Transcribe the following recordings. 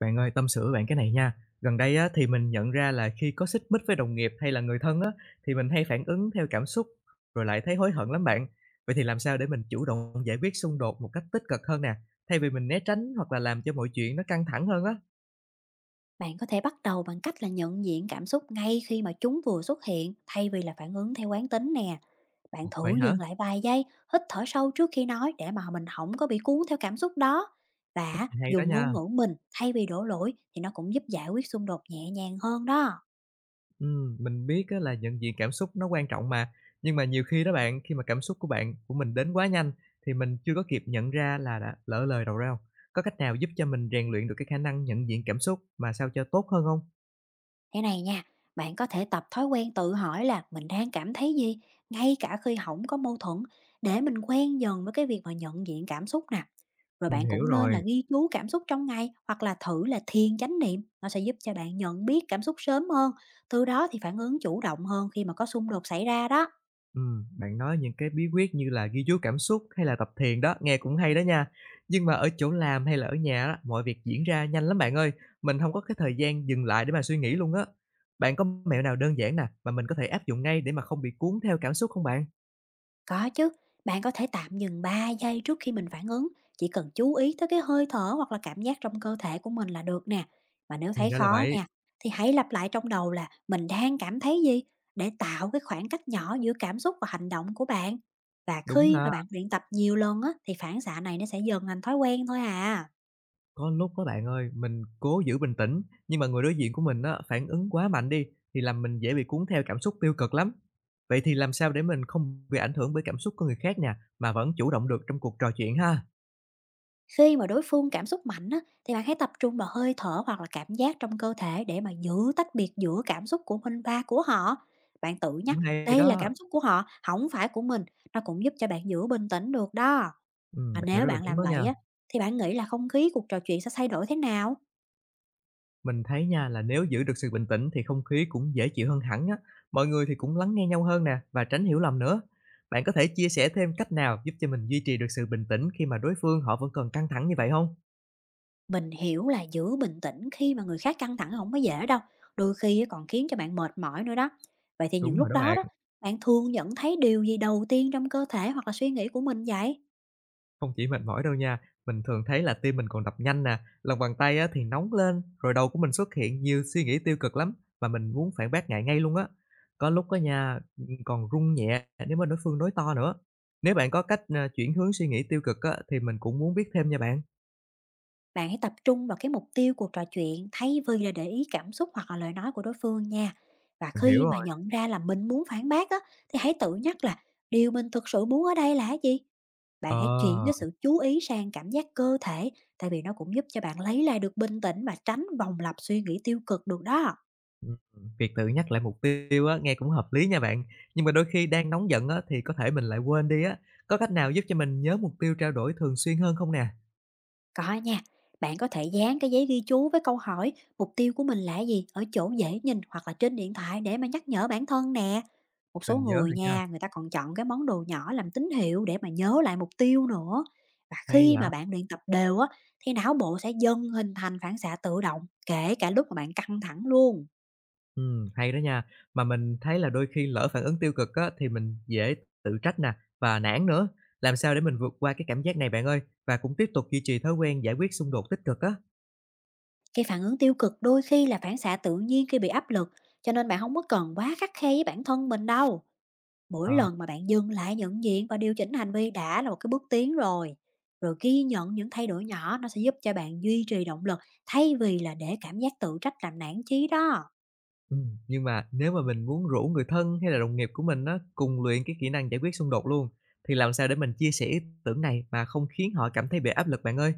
Bạn ơi, tâm sự với bạn cái này nha. Gần đây á, thì mình nhận ra là khi có xích mích với đồng nghiệp hay là người thân á, thì mình hay phản ứng theo cảm xúc rồi lại thấy hối hận lắm bạn. Vậy thì làm sao để mình chủ động giải quyết xung đột một cách tích cực hơn nè, thay vì mình né tránh hoặc là làm cho mọi chuyện nó căng thẳng hơn á? Bạn có thể bắt đầu bằng cách là nhận diện cảm xúc ngay khi mà chúng vừa xuất hiện thay vì là phản ứng theo quán tính nè. Bạn vậy thử hả? dừng lại vài giây, hít thở sâu trước khi nói để mà mình không có bị cuốn theo cảm xúc đó. Cách Và này hay đó dùng ngôn nha. ngữ mình thay vì đổ lỗi thì nó cũng giúp giải quyết xung đột nhẹ nhàng hơn đó. Mình biết á là nhận diện cảm xúc nó quan trọng mà, nhưng mà nhiều khi đó bạn, khi mà cảm xúc của bạn của mình đến quá nhanh thì mình chưa có kịp nhận ra là đã lỡ lời đầu ra không? Có cách nào giúp cho mình rèn luyện được cái khả năng nhận diện cảm xúc mà sao cho tốt hơn không? Thế này nha, bạn có thể tập thói quen tự hỏi là mình đang cảm thấy gì ngay cả khi không có mâu thuẫn, để mình quen dần với cái việc mà nhận diện cảm xúc nè. Rồi Mình bạn hiểu cũng nên là rồi. ghi chú cảm xúc trong ngày hoặc là thử là thiền chánh niệm, nó sẽ giúp cho bạn nhận biết cảm xúc sớm hơn, từ đó thì phản ứng chủ động hơn khi mà có xung đột xảy ra đó. Ừm, bạn nói những cái bí quyết như là ghi chú cảm xúc hay là tập thiền đó, nghe cũng hay đó nha. Nhưng mà ở chỗ làm hay là ở nhà á, mọi việc diễn ra nhanh lắm bạn ơi, mình không có cái thời gian dừng lại để mà suy nghĩ luôn á. Bạn có mẹo nào đơn giản nè, mà mình có thể áp dụng ngay để mà không bị cuốn theo cảm xúc không bạn? Có chứ, bạn có thể tạm dừng 3 giây trước khi mình phản ứng, chỉ cần chú ý tới cái hơi thở hoặc là cảm giác trong cơ thể của mình là được nè. Mà nếu Thì thấy ra là khó vậy, nha, thì hãy lặp lại trong đầu là mình đang cảm thấy gì, để tạo cái khoảng cách nhỏ giữa cảm xúc và hành động của bạn. Và đúng khi ha. mà bạn luyện tập nhiều lần á, thì phản xạ này nó sẽ dần thành thói quen thôi à. Có lúc á bạn ơi, mình cố giữ bình tĩnh, nhưng mà người đối diện của mình á, phản ứng quá mạnh đi, thì làm mình dễ bị cuốn theo cảm xúc tiêu cực lắm. Vậy thì làm sao để mình không bị ảnh hưởng bởi cảm xúc của người khác nè, mà vẫn chủ động được trong cuộc trò chuyện ha? Khi mà đối phương cảm xúc mạnh á, thì bạn hãy tập trung vào hơi thở hoặc là cảm giác trong cơ thể, để mà giữ tách biệt giữa cảm xúc của mình và của họ. Bạn tự Cũng nhắc hay đây là đó. cảm xúc của họ, không phải của mình. Nó cũng giúp cho bạn giữ bình tĩnh được đó. Mà Bạn nói nếu rất là bạn đúng làm đó vậy nha. á, thì bạn nghĩ là không khí cuộc trò chuyện sẽ thay đổi thế nào? Mình thấy nha là nếu giữ được sự bình tĩnh thì không khí cũng dễ chịu hơn hẳn á. Mọi người thì cũng lắng nghe nhau hơn nè, và tránh hiểu lầm nữa. Bạn có thể chia sẻ thêm cách nào giúp cho mình duy trì được sự bình tĩnh khi mà đối phương họ vẫn còn căng thẳng như vậy không? Mình hiểu là giữ bình tĩnh khi mà người khác căng thẳng không có dễ đâu. Đôi khi á, còn khiến cho bạn mệt mỏi nữa đó. Vậy thì những Đúng rồi lúc đó đó bạn. đó, bạn thường nhận thấy điều gì đầu tiên trong cơ thể hoặc là suy nghĩ của mình vậy? Không chỉ mệt mỏi đâu nha, mình thường thấy là tim mình còn đập nhanh nè, lòng bàn tay á thì nóng lên, rồi đầu của mình xuất hiện nhiều suy nghĩ tiêu cực lắm và mình muốn phản bác lại ngay luôn á. Có lúc á nha, còn run nhẹ nếu mà đối phương nói to nữa. Nếu bạn có cách, chuyển hướng suy nghĩ tiêu cực á thì mình cũng muốn biết thêm nha bạn. Bạn hãy tập trung vào cái mục tiêu cuộc trò chuyện, thay vì là để ý cảm xúc hoặc là lời nói của đối phương nha. Và Mình hiểu khi mà rồi. nhận ra là mình muốn phản bác á, thì hãy tự nhắc là điều mình thực sự muốn ở đây là cái gì. Bạn hãy chuyển Ờ, cái sự chú ý sang cảm giác cơ thể, tại vì nó cũng giúp cho bạn lấy lại được bình tĩnh và tránh vòng lặp suy nghĩ tiêu cực được đó. ừm, việc tự nhắc lại mục tiêu á nghe cũng hợp lý nha bạn, nhưng mà đôi khi đang nóng giận á thì có thể mình lại quên đi á. Có cách nào giúp cho mình nhớ mục tiêu trao đổi thường xuyên hơn không nè? Có nha, bạn có thể dán cái giấy ghi chú với câu hỏi mục tiêu của mình là gì ở chỗ dễ nhìn hoặc là trên điện thoại, để mà nhắc nhở bản thân nè. Một số Mình nhớ người rồi nha, nha, người ta còn chọn cái món đồ nhỏ làm tín hiệu, để mà nhớ lại mục tiêu nữa. Và hay khi vậy! mà bạn luyện tập đều á, thì não bộ sẽ dần hình thành phản xạ tự động, kể cả lúc mà bạn căng thẳng luôn. Hay đó nha. Mà mình thấy là đôi khi lỡ phản ứng tiêu cực á, thì mình dễ tự trách nè và nản nữa. Làm sao để mình vượt qua cái cảm giác này bạn ơi, và cũng tiếp tục duy trì thói quen giải quyết xung đột tích cực á? Cái phản ứng tiêu cực đôi khi là phản xạ tự nhiên khi bị áp lực, cho nên bạn không có cần quá khắt khe với bản thân mình đâu. Mỗi Ờ, lần mà bạn dừng lại nhận diện và điều chỉnh hành vi đã là một cái bước tiến rồi. Rồi ghi nhận những thay đổi nhỏ, nó sẽ giúp cho bạn duy trì động lực, thay vì là để cảm giác tự trách làm nản chí đó. Nhưng mà nếu mà mình muốn rủ người thân hay là đồng nghiệp của mình á, cùng luyện cái kỹ năng giải quyết xung đột luôn, thì làm sao để mình chia sẻ ý tưởng này mà không khiến họ cảm thấy bị áp lực bạn ơi?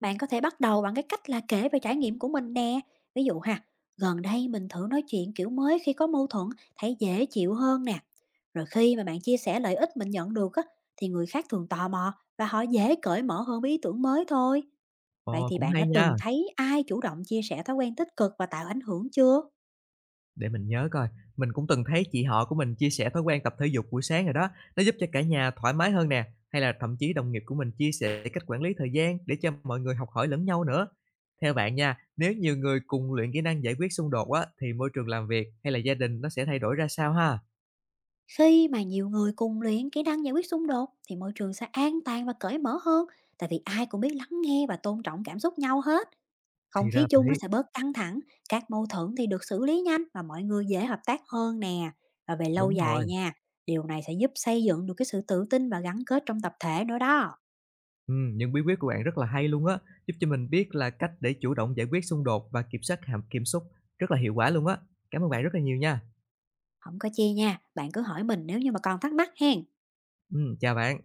Bạn có thể bắt đầu bằng cái cách là kể về trải nghiệm của mình nè. Ví dụ ha, gần đây mình thử nói chuyện kiểu mới khi có mâu thuẫn, thấy dễ chịu hơn nè. Rồi khi mà bạn chia sẻ lợi ích mình nhận được á, thì người khác thường tò mò và họ dễ cởi mở hơn với ý tưởng mới thôi. Vậy Ờ, thì cũng bạn đã hay nha. từng thấy ai chủ động chia sẻ thói quen tích cực và tạo ảnh hưởng chưa? Để mình nhớ coi, mình cũng từng thấy chị họ của mình chia sẻ thói quen tập thể dục buổi sáng rồi đó, nó giúp cho cả nhà thoải mái hơn nè, hay là thậm chí đồng nghiệp của mình chia sẻ cách quản lý thời gian để cho mọi người học hỏi lẫn nhau nữa. Theo bạn nha, nếu nhiều người cùng luyện kỹ năng giải quyết xung đột á, thì môi trường làm việc hay là gia đình nó sẽ thay đổi ra sao ha? Khi mà nhiều người cùng luyện kỹ năng giải quyết xung đột, thì môi trường sẽ an toàn và cởi mở hơn, tại vì ai cũng biết lắng nghe và tôn trọng cảm xúc nhau hết. Không Thì ra khí là chung nó vậy, sẽ bớt căng thẳng, các mâu thuẫn thì được xử lý nhanh và mọi người dễ hợp tác hơn nè. Và về lâu đúng dài rồi. nha, điều này sẽ giúp xây dựng được cái sự tự tin và gắn kết trong tập thể nữa đó. Những bí quyết của bạn rất là hay luôn á, giúp cho mình biết là cách để chủ động giải quyết xung đột và kiểm soát hàm kiểm xúc rất là hiệu quả luôn á. Cảm ơn bạn rất là nhiều nha. Không có chi nha, bạn cứ hỏi mình nếu như mà còn thắc mắc hen. Chào bạn.